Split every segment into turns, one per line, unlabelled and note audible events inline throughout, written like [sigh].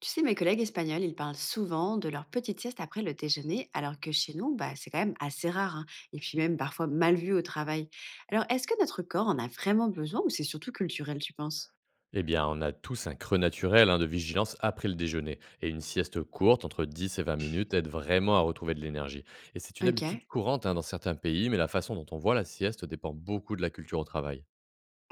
Tu sais, mes collègues espagnols, ils parlent souvent de leur petite sieste après le déjeuner, alors que chez nous, bah, c'est quand même assez rare, hein, et puis même parfois mal vu au travail. Alors, est-ce que notre corps en a vraiment besoin ou c'est surtout culturel, tu penses?
Eh bien, on a tous un creux naturel hein, de vigilance après le déjeuner. Et une sieste courte, entre 10 et 20 minutes, aide vraiment à retrouver de l'énergie. Et c'est une
Ok.
habitude courante hein, dans certains pays, mais la façon dont on voit la sieste dépend beaucoup de la culture au travail.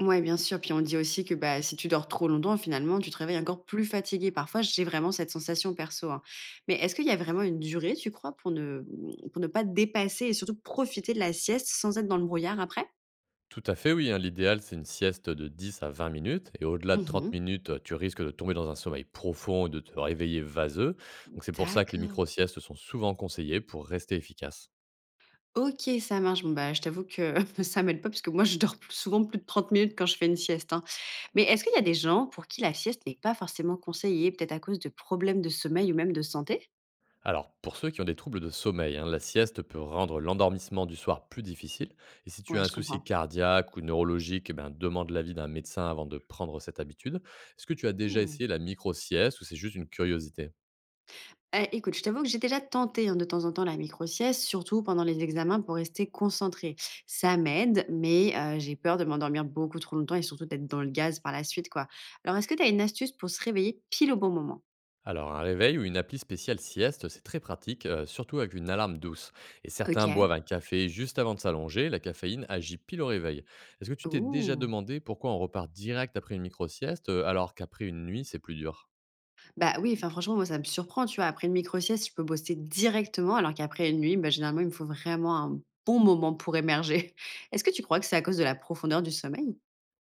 Ouais, bien sûr. Puis on dit aussi que bah, si tu dors trop longtemps, finalement, tu te réveilles encore plus fatigué. Parfois, j'ai vraiment cette sensation perso, hein. Mais est-ce qu'il y a vraiment une durée, tu crois, pour ne pas dépasser et surtout profiter de la sieste sans être dans le brouillard après?
Tout à fait, oui. Hein, l'idéal, c'est une sieste de 10 à 20 minutes. Et au-delà de 30
Mhm.
minutes, tu risques de tomber dans un sommeil profond et de te réveiller vaseux. Donc, c'est pour ça que les
D'accord.
micro-siestes sont souvent conseillées pour rester efficace.
OK, ça marche. Bon, bah, je t'avoue que [laughs] ça m'aide pas parce que moi, je dors plus souvent plus de 30 minutes quand je fais une sieste, hein. Mais est-ce qu'il y a des gens pour qui la sieste n'est pas forcément conseillée, peut-être à cause de problèmes de sommeil ou même de santé?
Alors, pour ceux qui ont des troubles de sommeil, hein, la sieste peut rendre l'endormissement du soir plus difficile. Et si tu as
Ouais,
un
je
souci
comprends.
cardiaque ou neurologique, eh ben, demande l'avis d'un médecin avant de prendre cette habitude. Est-ce que tu as déjà
Ouh.
essayé la micro-sieste ou c'est juste une curiosité?
Eh, écoute, je t'avoue que j'ai déjà tenté, hein, de temps en temps la micro-sieste, surtout pendant les examens pour rester concentrée. Ça m'aide, mais j'ai peur de m'endormir beaucoup trop longtemps et surtout d'être dans le gaz par la suite, quoi. Alors est-ce que tu as une astuce pour se réveiller pile au bon moment?
Alors, un réveil ou une appli spéciale sieste, c'est très pratique, surtout avec une alarme douce. Et certains
OK.
boivent un café juste avant de s'allonger, la caféine agit pile au réveil. Est-ce que tu t'es déjà
Ouh!
demandé pourquoi on repart direct après une micro-sieste alors qu'après une nuit, c'est plus dur?
Bah, oui, enfin franchement, moi ça me surprend, tu vois? Après une micro-sieste, je peux bosser directement, alors qu'après une nuit, bah, généralement, il me faut vraiment un bon moment pour émerger. [laughs] Est-ce que tu crois que c'est à cause de la profondeur du sommeil?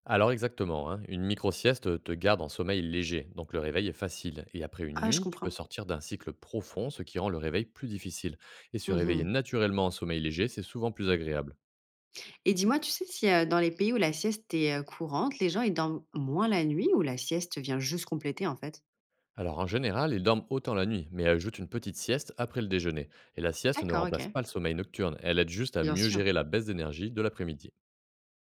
Alors exactement, hein, une micro-sieste te garde en sommeil léger, donc le réveil est facile. Et après une
Ah, je
nuit, tu peux
comprends.
sortir d'un cycle profond, ce qui rend le réveil plus difficile. Et se réveiller
Mmh.
naturellement en sommeil léger, c'est souvent plus agréable.
Et dis-moi, tu sais si, dans les pays où la sieste est, courante, les gens ils dorment moins la nuit ou la sieste vient juste compléter, en fait?
Alors en général, ils dorment autant la nuit, mais ajoutent une petite sieste après le déjeuner. Et la sieste ne
D'accord,
remplace
OK.
pas le sommeil nocturne, elle aide juste à
Bien
mieux
sûr.
gérer la baisse d'énergie de l'après-midi.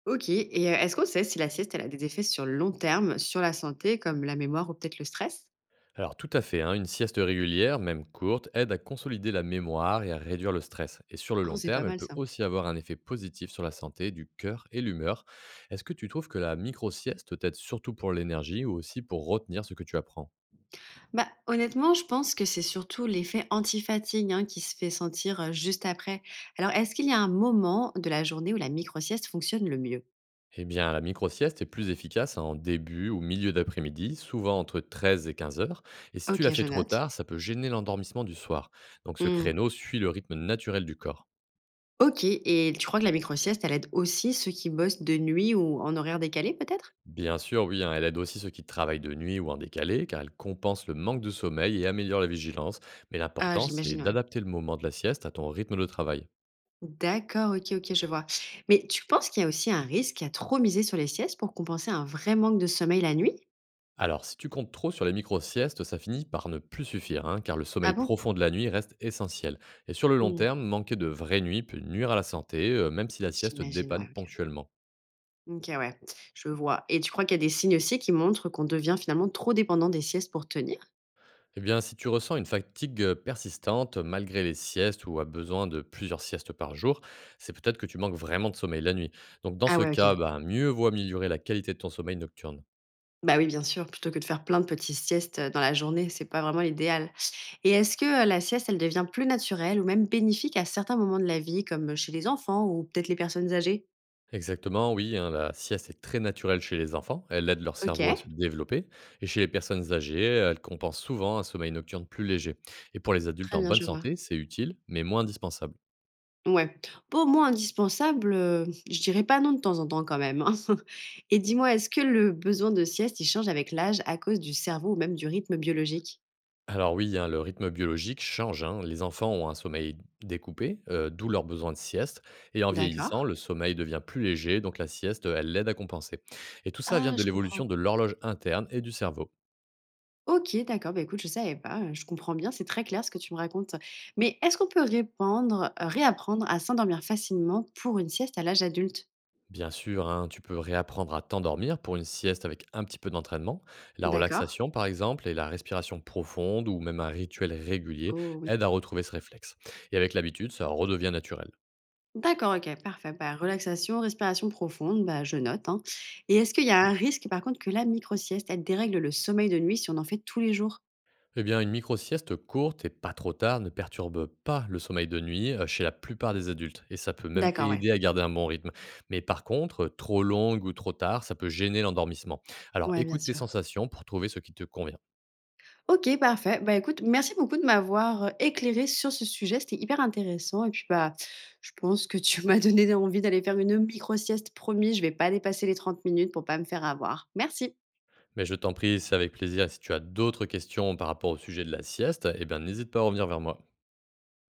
OK et est-ce qu'on sait si la sieste, elle a des effets sur le long terme, sur la santé, comme la mémoire ou peut-être le stress?
Alors tout à fait, hein, une sieste régulière, même courte, aide à consolider la mémoire et à réduire le stress. Et sur le
Oh,
long
c'est pas
terme, elle
mal
peut
ça.
aussi avoir un effet positif sur la santé du cœur et l'humeur. Est-ce que tu trouves que la micro-sieste t'aide surtout pour l'énergie ou aussi pour retenir ce que tu apprends?
Bah, honnêtement, je pense que c'est surtout l'effet anti-fatigue, hein, qui se fait sentir, juste après. Alors, est-ce qu'il y a un moment de la journée où la micro-sieste fonctionne le mieux?
Eh bien, la micro-sieste est plus efficace en début ou milieu d'après-midi, souvent entre 13 et 15 heures. Et si tu la
OK,
fais
je
trop
note.
tard, ça peut gêner l'endormissement du soir. Donc ce
Mmh.
créneau suit le rythme naturel du corps.
OK et tu crois que la micro-sieste, elle aide aussi ceux qui bossent de nuit ou en horaire décalé peut-être?
Bien sûr, oui, hein, elle aide aussi ceux qui travaillent de nuit ou en décalé, car elle compense le manque de sommeil et améliore la vigilance. Mais
Ah,
l'important, c'est
j'imagine, ouais.
d'adapter le moment de la sieste à ton rythme de travail.
D'accord, OK, OK, je vois. Mais tu penses qu'il y a aussi un risque à trop miser sur les siestes pour compenser un vrai manque de sommeil la nuit?
Alors, si tu comptes trop sur les micro-siestes, ça finit par ne plus suffire, hein, car le
Ah
sommeil
bon?
profond de la nuit reste essentiel. Et sur le long
Mmh.
terme, manquer de vraies nuits peut nuire à la santé, même si la sieste
J'imagine, ouais,
dépanne
OK.
ponctuellement.
OK, ouais, je vois et tu crois qu'il y a des signes aussi qui montrent qu'on devient finalement trop dépendant des siestes pour tenir?
Eh bien, si tu ressens une fatigue persistante malgré les siestes ou as besoin de plusieurs siestes par jour, c'est peut-être que tu manques vraiment de sommeil la nuit. Donc, dans
Ah
ce
ouais,
cas,
OK.
bah, mieux vaut améliorer la qualité de ton sommeil nocturne.
Bah oui, bien sûr, plutôt que de faire plein de petites siestes, dans la journée, c'est pas vraiment l'idéal et est-ce que, la sieste, elle devient plus naturelle ou même bénéfique à certains moments de la vie comme chez les enfants ou peut-être les personnes âgées?
Exactement, oui, hein, la sieste est très naturelle chez les enfants, elle aide leur cerveau à
OK,
se développer, et chez les personnes âgées, elle compense souvent un sommeil nocturne plus léger. Et pour les adultes
très
en
bien,
bonne
je vois.
santé, c'est utile, mais moins indispensable.
Ouais. Pour moi indispensable, je dirais pas non de temps en temps quand même, hein. [laughs] Et dis-moi, est-ce que le besoin de sieste, il change avec l'âge à cause du cerveau ou même du rythme biologique?
Alors oui, hein, le rythme biologique change. Hein. Les enfants ont un sommeil découpé, d'où leur besoin de sieste. Et en vieillissant,
D'accord.
le sommeil devient plus léger, donc la sieste, elle l'aide à compenser. Et tout ça vient
Ah,
de
je
l'évolution
comprends.
de l'horloge interne et du cerveau.
OK, d'accord, bah, écoute, je savais pas, je comprends bien, c'est très clair ce que tu me racontes. Mais est-ce qu'on peut répandre réapprendre à s'endormir facilement pour une sieste à l'âge adulte?
Bien sûr, hein, tu peux réapprendre à t'endormir pour une sieste avec un petit peu d'entraînement. La
D'accord.
relaxation, par exemple, et la respiration profonde, ou même un rituel régulier,
Oh oui.
aident à retrouver ce réflexe. Et avec l'habitude, ça redevient naturel.
D'accord, OK, parfait. Bah, relaxation, respiration profonde, bah, je note, hein. Et est-ce qu'il y a un risque par contre que la micro sieste, elle dérègle le sommeil de nuit si on en fait tous les jours?
Eh bien, une micro-sieste courte et pas trop tard ne perturbe pas le sommeil de nuit chez la plupart des adultes et ça peut même
D'accord, ouais.
aider à garder un bon rythme. Mais par contre, trop longue ou trop tard, ça peut gêner l'endormissement. Alors
Ouais, bien
écoute tes
sûr.
sensations pour trouver ce qui te convient.
OK, parfait. Bah, écoute, merci beaucoup de m'avoir éclairé sur ce sujet. C'était hyper intéressant et puis, bah, je pense que tu [laughs] m'as donné envie d'aller faire une micro sieste. Promis, je vais pas dépasser les 30 minutes pour pas me faire avoir. Merci.
Mais je t'en prie, c'est avec plaisir. Et si tu as d'autres questions par rapport au sujet de la sieste, eh bien n'hésite pas à revenir vers moi.